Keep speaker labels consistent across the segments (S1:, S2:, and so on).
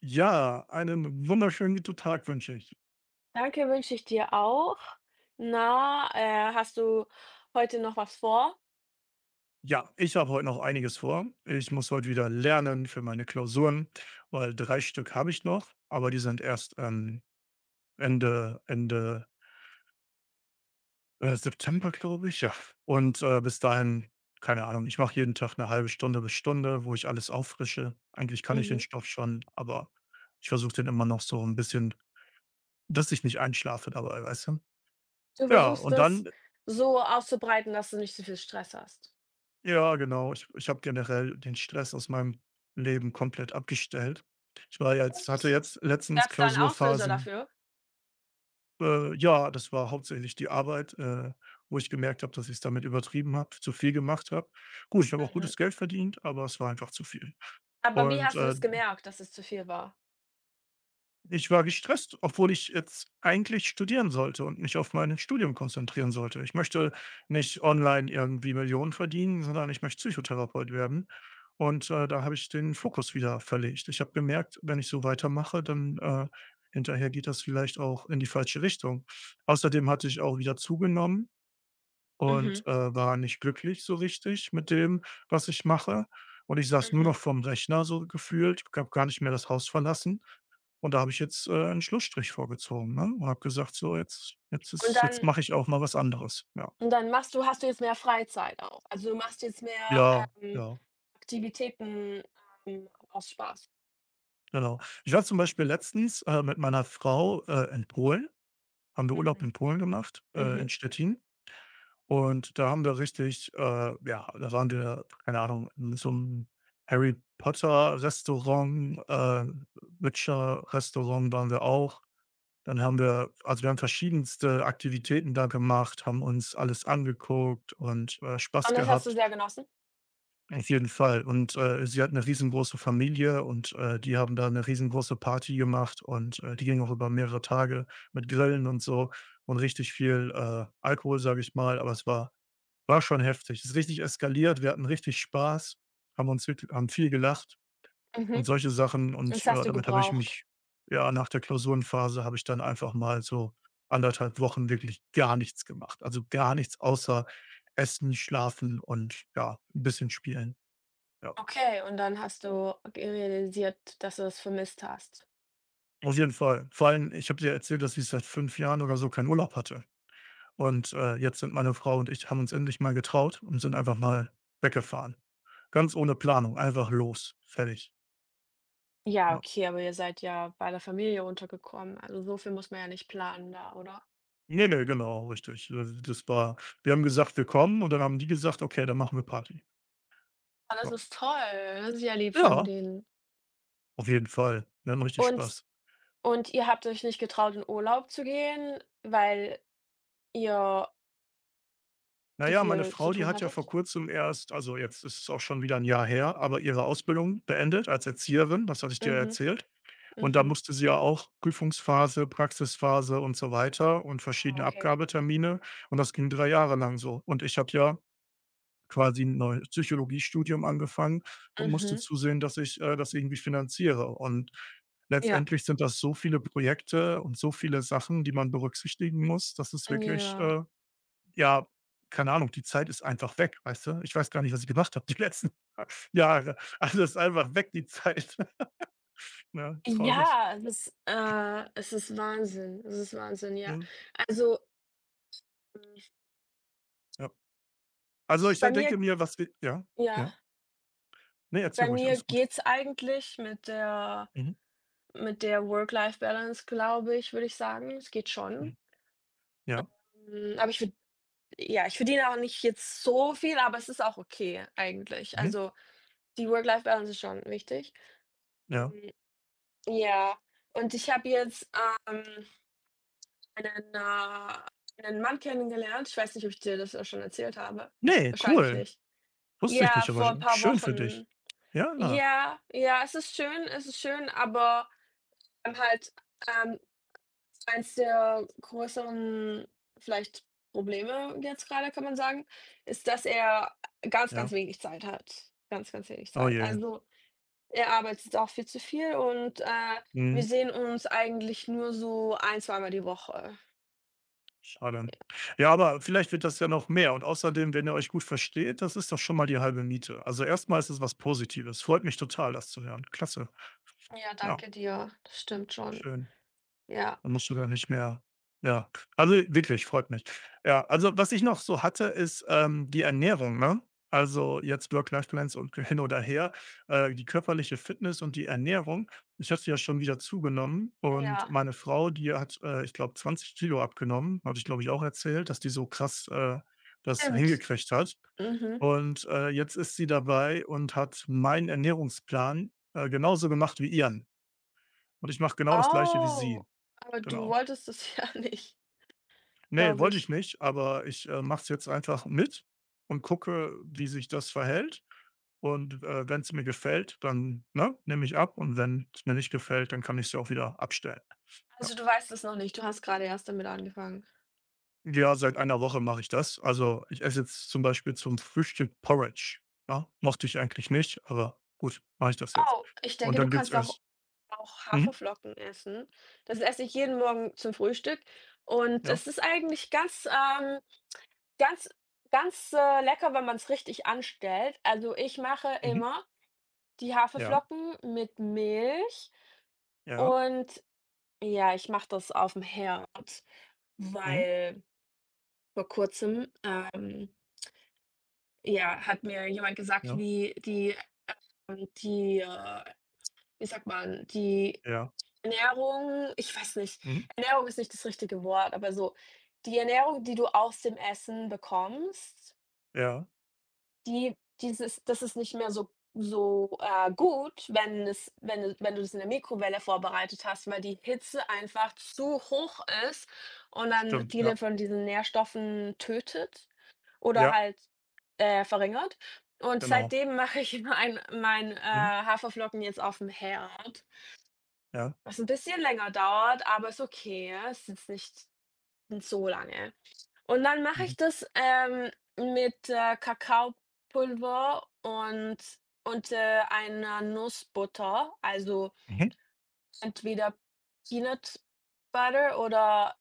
S1: Ja, einen wunderschönen guten Tag wünsche ich.
S2: Danke, wünsche ich dir auch. Na, hast du heute noch was vor?
S1: Ja, ich habe heute noch einiges vor. Ich muss heute wieder lernen für meine Klausuren, weil 3 Stück habe ich noch, aber die sind erst, Ende, September, glaube ich, ja. Und, bis dahin, keine Ahnung, ich mache jeden Tag eine halbe Stunde bis Stunde, wo ich alles auffrische. Eigentlich kann ich den
S2: Mhm.
S1: Stoff schon, aber ich versuche den immer noch so ein bisschen, dass ich nicht einschlafe dabei, weißt du?
S2: Du
S1: Ja,
S2: versuchst
S1: und
S2: das
S1: dann
S2: so auszubreiten, dass du nicht so viel Stress hast.
S1: ja, genau. Ich habe generell den Stress aus meinem Leben komplett abgestellt. Ich war jetzt hatte
S2: Echt?
S1: jetzt letztens
S2: Gab es da 'n Auslöser
S1: Klausurphasen.
S2: dafür?
S1: Ja, das war hauptsächlich die Arbeit, wo ich gemerkt habe, dass ich's damit übertrieben habe, zu viel gemacht habe. Gut, ich habe auch
S2: Mhm.
S1: gutes Geld verdient, aber es war einfach zu viel.
S2: Aber wie
S1: Und,
S2: hast du
S1: äh
S2: das gemerkt, dass es zu viel war?
S1: Ich war gestresst, obwohl ich jetzt eigentlich studieren sollte und mich auf mein Studium konzentrieren sollte. Ich möchte nicht online irgendwie Millionen verdienen, sondern ich möchte Psychotherapeut werden. Und, da habe ich den Fokus wieder verlegt. Ich habe gemerkt, wenn ich so weitermache, dann hinterher geht das vielleicht auch in die falsche Richtung. Außerdem hatte ich auch wieder zugenommen und,
S2: Mhm,
S1: war nicht glücklich so richtig mit dem, was ich mache. Und ich saß nur noch
S2: mhm.
S1: vorm Rechner so gefühlt. Ich habe gar nicht mehr das Haus verlassen. Und da habe ich jetzt, 'n Schlussstrich vorgezogen, ne, und habe gesagt: „So, jetzt jetzt
S2: Und
S1: ist jetzt
S2: dann
S1: mache ich auch mal was anderes.“ Ja.
S2: und dann machst du hast du jetzt mehr Freizeit auch. Also, du machst jetzt mehr,
S1: Ja,
S2: ähm,
S1: ja,
S2: Aktivitäten, aus Spaß.
S1: genau. Ich war zum Beispiel letztens, mit meiner Frau, in Polen, haben wir Urlaub
S2: Mhm,
S1: in Polen gemacht, in
S2: mhm.
S1: Stettin. Und da haben wir richtig ja, da waren wir, keine Ahnung, in so 'nem Harry-Potter-Restaurant, Witcher-Restaurant waren wir auch. Dann haben wir also, wir haben verschiedenste Aktivitäten da gemacht, haben uns alles angeguckt und, Spaß
S2: Und das hast du
S1: gehabt,
S2: sehr genossen?
S1: auf jeden Fall. Und, sie hat eine riesengroße Familie und, die haben da eine riesengroße Party gemacht und, die ging auch über mehrere Tage mit Grillen und so und richtig viel, Alkohol, sage ich mal, aber es war schon heftig. Ist richtig eskaliert. Wir hatten richtig Spaß, haben uns wirklich haben viel gelacht und
S2: Mhm.
S1: solche Sachen und,
S2: Das hast du
S1: damit habe ich
S2: gebraucht.
S1: mich ja, nach der Klausurenphase habe ich dann einfach mal so anderthalb Wochen wirklich gar nichts gemacht. Also, gar nichts außer Essen, Schlafen und ja, ein bisschen spielen. Ja,
S2: Okay, und dann hast du ge realisiert, dass du das vermisst hast.
S1: auf jeden Fall. Vor allem, ich habe dir erzählt, dass ich seit 5 Jahren oder so keinen Urlaub hatte. Und, jetzt sind meine Frau und ich haben uns endlich mal getraut und sind einfach mal weggefahren. Ganz ohne Planung, einfach los, fertig.
S2: Ja,
S1: Ja.
S2: okay, aber ihr seid ja bei der Familie untergekommen. Also, so viel muss man ja nicht planen da, oder?
S1: Ne, ne, genau, richtig. Das war wir haben gesagt: „Wir kommen“ und dann haben die gesagt: „Okay, dann machen wir Party.“
S2: Ah, das
S1: Ja.
S2: ist toll. Das ist ja lieb von
S1: Ja,
S2: denen.
S1: auf jeden Fall. Wir hatten richtig
S2: Und
S1: Spaß.
S2: Und ihr habt euch nicht getraut, in Urlaub zu gehen, weil ihr
S1: Na
S2: zu
S1: ja, meine
S2: viel zu
S1: Frau, die
S2: tun
S1: hat ja vor
S2: hattet?
S1: Kurzem erst, also, jetzt ist es auch schon wieder ein Jahr her, aber ihre Ausbildung beendet als Erzieherin, das hatte ich dir ja
S2: Mhm,
S1: erzählt. Und da
S2: mhm.
S1: musste sie ja auch Prüfungsphase, Praxisphase und so weiter und
S2: Ah,
S1: verschiedene
S2: okay.
S1: Abgabetermine, und das ging 3 Jahre lang so. Und ich habe ja quasi ein neues Psychologiestudium angefangen und musste
S2: Mhm.
S1: zusehen, dass ich, das irgendwie finanziere. Und
S2: Ja,
S1: letztendlich sind das so viele Projekte und so viele Sachen, die man berücksichtigen muss, dass es wirklich,
S2: ja.
S1: ja, keine Ahnung, die Zeit ist einfach weg, weißt du? Ich weiß gar nicht, was ich gemacht habe die letzten Jahre. Also, ist einfach weg, die Zeit, ne? Traurig.
S2: Ja, es ist Wahnsinn. Es ist Wahnsinn, ja.
S1: Ja,
S2: Also, hm,
S1: ja. Also, ich
S2: bei mir
S1: denke mir, was wir ja,
S2: ja,
S1: ja. Ne, erzähl
S2: bei
S1: ruhig,
S2: mir
S1: alles gut.
S2: geht's eigentlich mit der
S1: Mhm,
S2: Work-Life-Balance, glaube ich, würde ich sagen. Es geht schon.
S1: mhm. Ja.
S2: Aber ich verdiene auch nicht jetzt so viel, aber es ist auch okay eigentlich.
S1: Mhm.
S2: Also, die Work-Life-Balance ist schon wichtig.
S1: Ja.
S2: Hm, ja, und ich habe jetzt, ähm, einen, äh einen Mann kennengelernt. Ich weiß nicht, ob ich dir das auch schon erzählt habe.
S1: Ne,
S2: Wahrscheinlich
S1: cool.
S2: nicht.
S1: Wusste ich
S2: Ja,
S1: nicht, aber
S2: vor
S1: sch
S2: 'n paar
S1: schön für dich.
S2: Wochen.
S1: Ja,
S2: Ja, ja, es ist schön, aber wir halt, ähm, eins der größeren vielleicht Probleme jetzt grade, kann man sagen, ist, dass er ganz, ganz
S1: ja.
S2: wenig Zeit hat. Ganz, ganz wenig
S1: Oh
S2: Zeit.
S1: je.
S2: Also. Er arbeitet auch viel zu viel und,
S1: Mhm.
S2: wir sehen uns eigentlich nur so ein zweimal die Woche.
S1: Schade. Ja, aber vielleicht wird das ja noch mehr und außerdem, wenn ihr euch gut versteht, das ist doch schon mal die halbe Miete. Also, erstmal ist es was Positives. Freut mich total, das zu hören. Klasse.
S2: Ja,
S1: Ja,
S2: danke dir. Das stimmt schon.
S1: schön.
S2: Ja,
S1: Dann musst du gar nicht mehr ja, also wirklich, freut mich. Ja, also was ich noch so hatte, ist, die Ernährung, ne? Also jetzt Work-Life-Balance und hin oder her, die körperliche Fitness und die Ernährung. Ich hatte ja schon wieder zugenommen und
S2: ja,
S1: meine Frau, die hat, ich glaube, 20 Kilo abgenommen, habe ich, glaube ich, auch erzählt, dass die so krass, das
S2: stimmt.
S1: hingekriegt hat.
S2: Mhm.
S1: Und, jetzt ist sie dabei und hat meinen Ernährungsplan, genauso gemacht wie ihren. Und ich mache genau das Gleiche wie
S2: Oh,
S1: sie.
S2: aber du
S1: Genau.
S2: wolltest es ja nicht,
S1: Ne,
S2: glaube
S1: wollte ich
S2: ich.
S1: nicht, aber ich, mache es jetzt einfach mit und gucke, wie sich das verhält. Und, wenn's mir gefällt, dann, ne, nehme ich ab, und wenn's mir nicht gefällt, dann kann ich sie auch wieder abstellen. Ja.
S2: Also, du weißt es noch nicht, du hast gerade erst damit angefangen.
S1: Ja, seit einer Woche mache ich das. Also, ich esse jetzt zum Beispiel zum Frühstück Porridge, ja? Mochte ich eigentlich nicht, aber gut, mache ich das jetzt.
S2: Oh, ich
S1: Und
S2: denke, du
S1: dann gibt's
S2: kannst auch
S1: erst
S2: auch
S1: mhm,
S2: Haferflocken essen. Das esse ich jeden Morgen zum Frühstück und
S1: ja,
S2: es ist eigentlich Ganz lecker, wenn man es richtig anstellt. Also, ich mache
S1: mhm,
S2: immer die
S1: ja,
S2: Haferflocken mit Milch
S1: ja,
S2: und ja, ich mache das auf dem Herd,
S1: mhm,
S2: weil vor Kurzem, ja, hat mir jemand gesagt,
S1: ja,
S2: wie die die, wie sagt man, die
S1: ja,
S2: Ernährung. Ich weiß nicht,
S1: mhm,
S2: Ernährung ist nicht das richtige Wort, aber so die Ernährung, die du aus dem Essen bekommst.
S1: ja,
S2: Die dieses das ist nicht mehr so gut, wenn es wenn du wenn du das in der Mikrowelle vorbereitet hast, weil die Hitze einfach zu hoch ist und dann
S1: stimmt,
S2: viele
S1: ja,
S2: von diesen Nährstoffen tötet oder
S1: ja,
S2: halt, verringert. Und
S1: genau,
S2: seitdem mache ich
S1: mhm,
S2: Haferflocken jetzt auf dem Herd,
S1: ja,
S2: was ein bisschen länger dauert, aber ist okay. Es ist jetzt nicht so lange. Und dann mache
S1: mhm,
S2: ich das, mit, Kakaopulver und einer Nussbutter, also
S1: mhm.
S2: entweder Peanut Butter oder,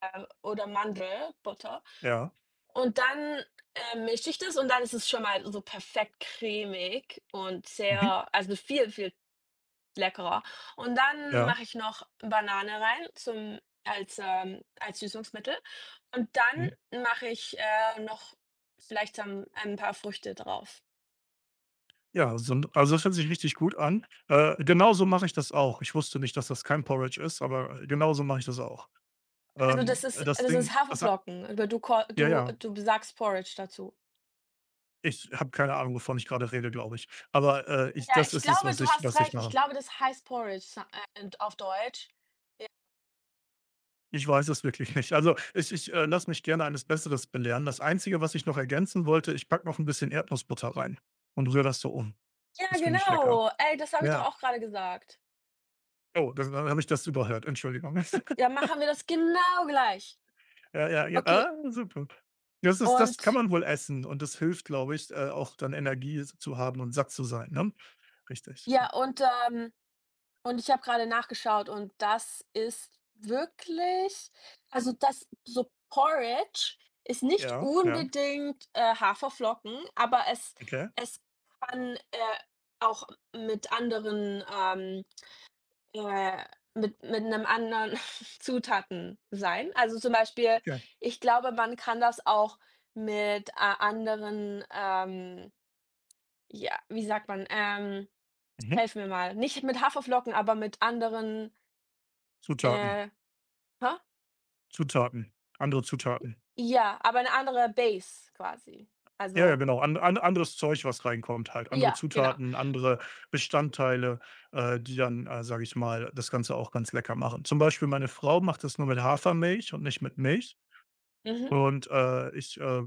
S2: äh oder Mandelbutter.
S1: Ja.
S2: Und dann, mische ich das und dann ist es schon mal so perfekt cremig und
S1: Mhm.
S2: sehr also viel, viel leckerer. Und dann
S1: Ja.
S2: mache ich noch Banane rein zum als Süßungsmittel. Und
S1: Mhm.
S2: dann mache ich, noch vielleicht dann ein paar Früchte drauf.
S1: Ja, so 'n also, das hört sich richtig gut an. Genauso mache ich das auch. Ich wusste nicht, dass das kein Porridge ist, aber genauso mache ich das auch.
S2: Also, das ist
S1: Das
S2: das ist
S1: Ding, das a
S2: Haferflocken, aber du ko
S1: ja,
S2: du
S1: ja.
S2: du sagst Porridge dazu.
S1: Ich habe keine Ahnung, wovon ich gerade rede, glaube ich. Aber, ich
S2: Ja,
S1: das
S2: ich
S1: ist es,
S2: glaube, du hast
S1: was ich
S2: recht. Ich
S1: mache.
S2: glaube, das heißt Porridge sa in auf Deutsch. Ja.
S1: Ich weiß es wirklich nicht. Also, ich lasse mich gerne eines Besseres belehren. Das Einzige, was ich noch ergänzen wollte, ich packe noch ein bisschen Erdnussbutter rein und rühre das so um.
S2: Ja,
S1: Das finde ich lecker.
S2: genau. Ey, das habe ich doch
S1: Ja.
S2: auch gerade gesagt.
S1: Oh, dann habe ich das überhört. Entschuldigung.
S2: Ja, machen wir das genau gleich.
S1: Ja, ja, ja.
S2: Okay,
S1: Ah, super. Das kann
S2: und
S1: man wohl essen und das hilft, glaube ich, auch dann Energie zu haben und satt zu sein, ne? Richtig, ja.
S2: ja, und, ähm Und ich habe gerade nachgeschaut und das ist wirklich. Also, das so Porridge ist nicht
S1: Ja, ja.
S2: unbedingt, Haferflocken, aber es
S1: Okay,
S2: es kann, auch mit anderen, ähm, äh mit einem anderen Zutaten sein. Also, zum Beispiel,
S1: okay.
S2: ich glaube, man kann das auch mit, anderen, ja, wie sagt man?
S1: Mhm.
S2: Helf mir mal. Nicht mit Haferflocken, aber mit anderen
S1: Zutaten,
S2: äh, hä?
S1: Zutaten, andere Zutaten.
S2: Ja, aber 'ne andere Base quasi.
S1: Ja, ja,
S2: Also
S1: genau. An an anderes Zeug, was reinkommt halt. Andere
S2: ja, genau.
S1: Zutaten, andere Bestandteile, die dann, sage ich mal, das Ganze auch ganz lecker machen. Zum Beispiel meine Frau macht das nur mit Hafermilch und nicht mit Milch
S2: Mhm,
S1: und,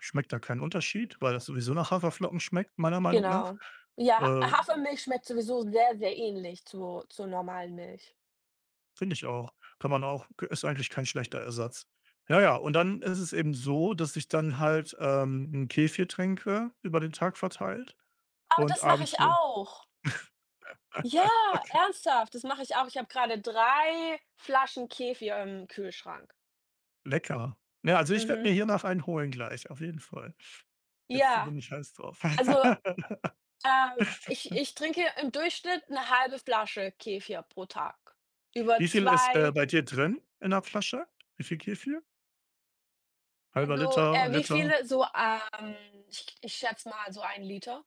S1: schmeckt da keinen Unterschied, weil das sowieso nach Haferflocken schmeckt, meiner Meinung nach.
S2: genau. Ja,
S1: Äh,
S2: Ha Hafermilch schmeckt sowieso sehr, sehr ähnlich zu zur normalen Milch.
S1: Finde ich auch. Kann man auch, ist eigentlich kein schlechter Ersatz. Ja, ja, und dann ist es eben so, dass ich dann halt, 'n Kefir trinke, über den Tag verteilt
S2: Aber
S1: und
S2: das mache ich
S1: abends w
S2: auch. Ja,
S1: okay,
S2: ernsthaft, das mache ich auch. Ich habe grade 3 Flaschen Kefir im Kühlschrank.
S1: lecker. Ja, also, ich werde
S2: Mhm.
S1: mir hiernach einen holen gleich, auf jeden Fall. Jetzt
S2: Ja,
S1: bin ich heiß drauf.
S2: also, ich trinke im Durchschnitt 'ne halbe Flasche Kefir pro Tag über
S1: Wie viel ist,
S2: 2.
S1: bei dir drin in der Flasche? Wie viel Kefir? Halber
S2: Also,
S1: Liter,
S2: wie
S1: Liter?
S2: viele so, ich schätze mal so ein Liter.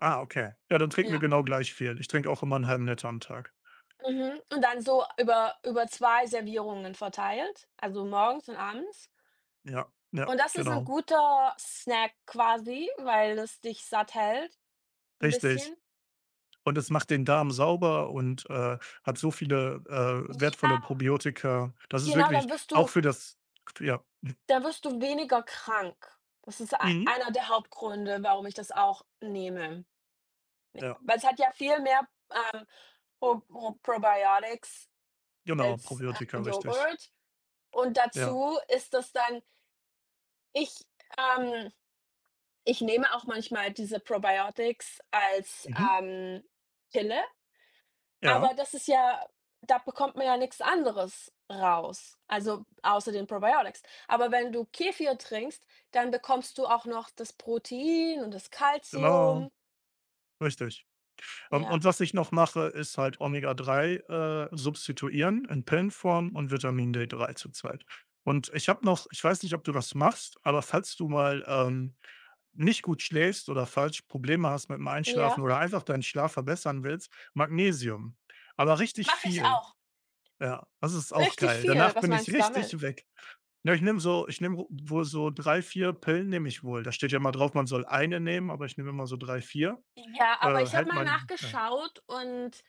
S1: Ah, okay. Ja, dann trinken wir
S2: Ja.
S1: genau gleich viel. Ich trinke auch immer 'n halben Liter am Tag.
S2: Mhm. Und dann so über 2 Servierungen verteilt, also morgens und abends.
S1: Ja, ja,
S2: Und das ist ein
S1: genau.
S2: guter Snack quasi, weil es dich satt hält, ein
S1: Richtig.
S2: bisschen.
S1: Und es macht den Darm sauber und, hat so viele, wertvolle
S2: Ja,
S1: Probiotika. Das ist
S2: genau,
S1: wirklich
S2: dann wirst
S1: auch
S2: du
S1: für das ja.
S2: dann wirst du weniger krank. Das ist ei
S1: Mhm.
S2: einer der Hauptgründe, warum ich das auch nehme.
S1: Ja,
S2: Weil es hat ja viel mehr, ähm, Probiotics
S1: genau,
S2: als,
S1: Probiotika, richtig.
S2: Joghurt. Und
S1: Ja.
S2: dazu ist das dann ich, ähm ich nehme auch manchmal diese Probiotics als,
S1: Mhm.
S2: Pille,
S1: Ja,
S2: aber das ist ja da bekommt man ja nichts anderes raus, also außer den Probiotics. Aber wenn du Kefir trinkst, dann bekommst du auch noch das Protein und das
S1: genau,
S2: Calcium.
S1: richtig. Und
S2: Ja,
S1: was ich noch mache, ist halt omega drei, substituieren in Pillenform und Vitamin D3 zurzeit. Und ich habe noch, ich weiß nicht, ob du das machst, aber falls du mal, nicht gut schläfst oder falsch Probleme hast mit dem Einschlafen
S2: ja.
S1: oder einfach deinen Schlaf verbessern willst, Magnesium. Aber richtig
S2: Mache ich
S1: viel.
S2: auch.
S1: Ja, das ist auch
S2: Richtig
S1: geil. Danach
S2: viel. Was
S1: bin ich
S2: meinst du damit?
S1: richtig weg. Ja, ich nehme wohl so 3 4 Pillen nehme ich wohl. Da steht ja immer drauf, man soll eine nehmen, aber ich nehme immer so 3 vier,
S2: Ja, aber ich habe
S1: hält
S2: mal
S1: man ja.
S2: nachgeschaut und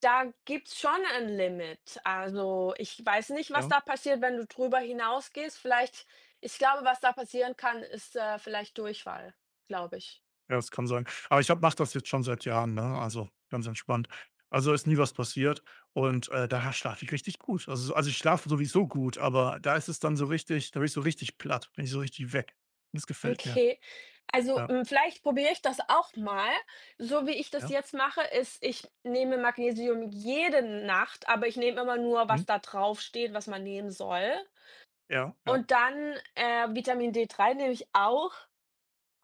S2: da gibt's schon ein Limit. Also, ich weiß nicht, was
S1: Ja.
S2: da passiert, wenn du drüber hinausgehst. Vielleicht Ich glaube, was da passieren kann, ist, vielleicht Durchfall, glaube ich.
S1: Ja, das kann sein. Aber ich mache das jetzt schon seit Jahren, ne? Also, ganz entspannt. Also, ist nie was passiert und, da schlafe ich richtig gut. Also, ich schlafe sowieso gut, aber da ist es dann so richtig, da bin ich so richtig platt, bin ich so richtig weg. Das gefällt mir.
S2: Okay. Also,
S1: Ja,
S2: vielleicht probiere ich das auch mal. So wie ich das
S1: ja.
S2: jetzt mache, ist, ich nehme Magnesium jede Nacht, aber ich nehme immer nur,
S1: Mhm.
S2: was da drauf steht, was man nehmen soll.
S1: Ja, ja.
S2: Und dann, Vitamin D3 nehme ich auch,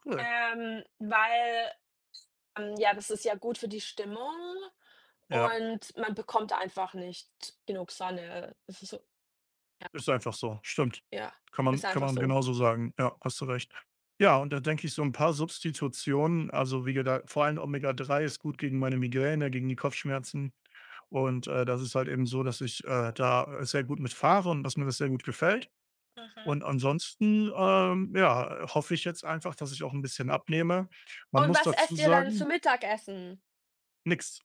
S1: Cool.
S2: weil, ja, das ist ja gut für die Stimmung.
S1: Ja,
S2: Und man bekommt einfach nicht genug Sonne. Es ist so,
S1: ist einfach so. Stimmt.
S2: ja,
S1: Kann man,
S2: ist
S1: kann
S2: einfach
S1: man
S2: so.
S1: genauso sagen. Ja, hast du recht. Ja, und da denke ich, so ein paar Substitutionen, also, wie gesagt vor allem omega drei ist gut gegen meine Migräne, gegen die Kopfschmerzen. Und, das ist halt eben so, dass ich, da sehr gut mitfahre und dass mir das sehr gut gefällt.
S2: Mhm.
S1: Und ansonsten, ja, hoffe ich jetzt einfach, dass ich auch ein bisschen abnehme. Man
S2: Und
S1: muss
S2: was
S1: dazu
S2: esst ihr dann zum
S1: sagen,
S2: Mittagessen?
S1: nix,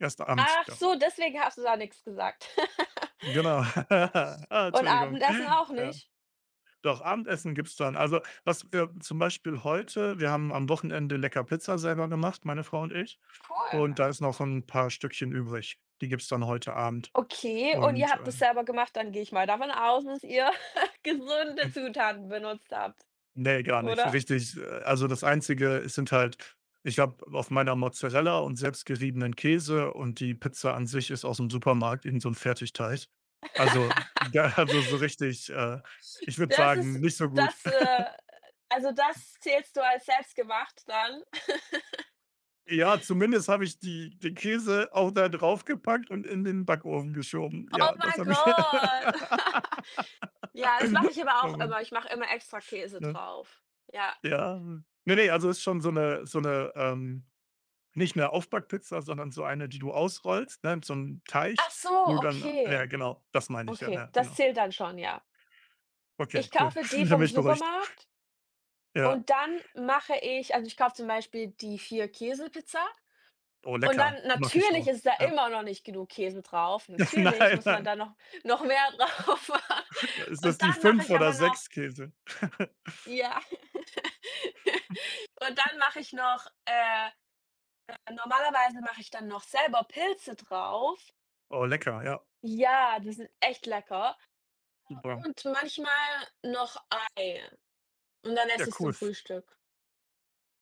S1: erst abends
S2: Ach
S1: wieder.
S2: so, deswegen hast du da nichts gesagt.
S1: Genau. Ah,
S2: Und
S1: Entschuldigung.
S2: Abendessen auch
S1: Ja,
S2: nicht?
S1: doch, Abendessen gibt's dann. Also, was wir zum Beispiel heute wir haben am Wochenende lecker Pizza selber gemacht, meine Frau und ich.
S2: Cool.
S1: Und da ist noch ein paar Stückchen übrig. Die gibt's dann heute Abend
S2: Okay, und ihr
S1: und,
S2: habt das selber gemacht, dann gehe ich mal davon aus, dass ihr gesunde Zutaten benutzt habt,
S1: ne, gar nicht.
S2: oder?
S1: Richtig, also das Einzige, es sind halt, ich habe auf meiner Mozzarella und selbstgeriebenen Käse, und die Pizza an sich ist aus dem Supermarkt, in so einem Fertigteig. Also, ja, also so richtig, ich würde
S2: Das
S1: sagen,
S2: ist
S1: nicht so gut.
S2: das, äh also das zählst du als selbstgemacht dann?
S1: Ja, zumindest habe ich die, den Käse auch da draufgepackt und in den Backofen geschoben.
S2: Oh
S1: Ja, das
S2: mein
S1: habe ich.
S2: Gott. Ja, das mache ich aber auch
S1: Oh,
S2: immer. Ich mache immer extra Käse
S1: ne?
S2: drauf. Ja.
S1: Ja. Nee, ne, also ist schon so eine. Nicht 'ne Aufbackpizza, sondern so eine, die du ausrollst, ne, so 'n Teig,
S2: Ach
S1: wo
S2: so,
S1: du dann ja,
S2: okay.
S1: genau, das meine ich, ja,
S2: Okay,
S1: ja,
S2: das
S1: genau.
S2: zählt dann schon, ja.
S1: Okay,
S2: Ich
S1: cool.
S2: kaufe die
S1: Dann bin
S2: vom
S1: ich beruhigt.
S2: Supermarkt
S1: Ja.
S2: und dann mache ich also, ich kaufe zum Beispiel die 4 Käsepizza
S1: Oh,
S2: und
S1: lecker.
S2: dann
S1: Mag ich
S2: natürlich
S1: auch.
S2: ist da
S1: Ja.
S2: immer noch nicht genug Käse drauf. Natürlich
S1: Nein,
S2: muss man
S1: nein.
S2: da noch mehr drauf machen.
S1: Ist das
S2: Und
S1: die
S2: dann mache
S1: 5
S2: ich
S1: oder
S2: aber noch
S1: sechs Käse?
S2: ja, und dann mache ich noch normalerweise mache ich dann noch selber Pilze drauf.
S1: Oh, lecker, ja,
S2: Ja, die sind echt lecker.
S1: super.
S2: Und manchmal noch Ei und dann
S1: Ja,
S2: esse ich's zum
S1: cool.
S2: Frühstück.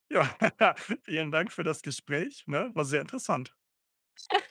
S1: Ja, vielen Dank für das Gespräch, ne? War sehr interessant.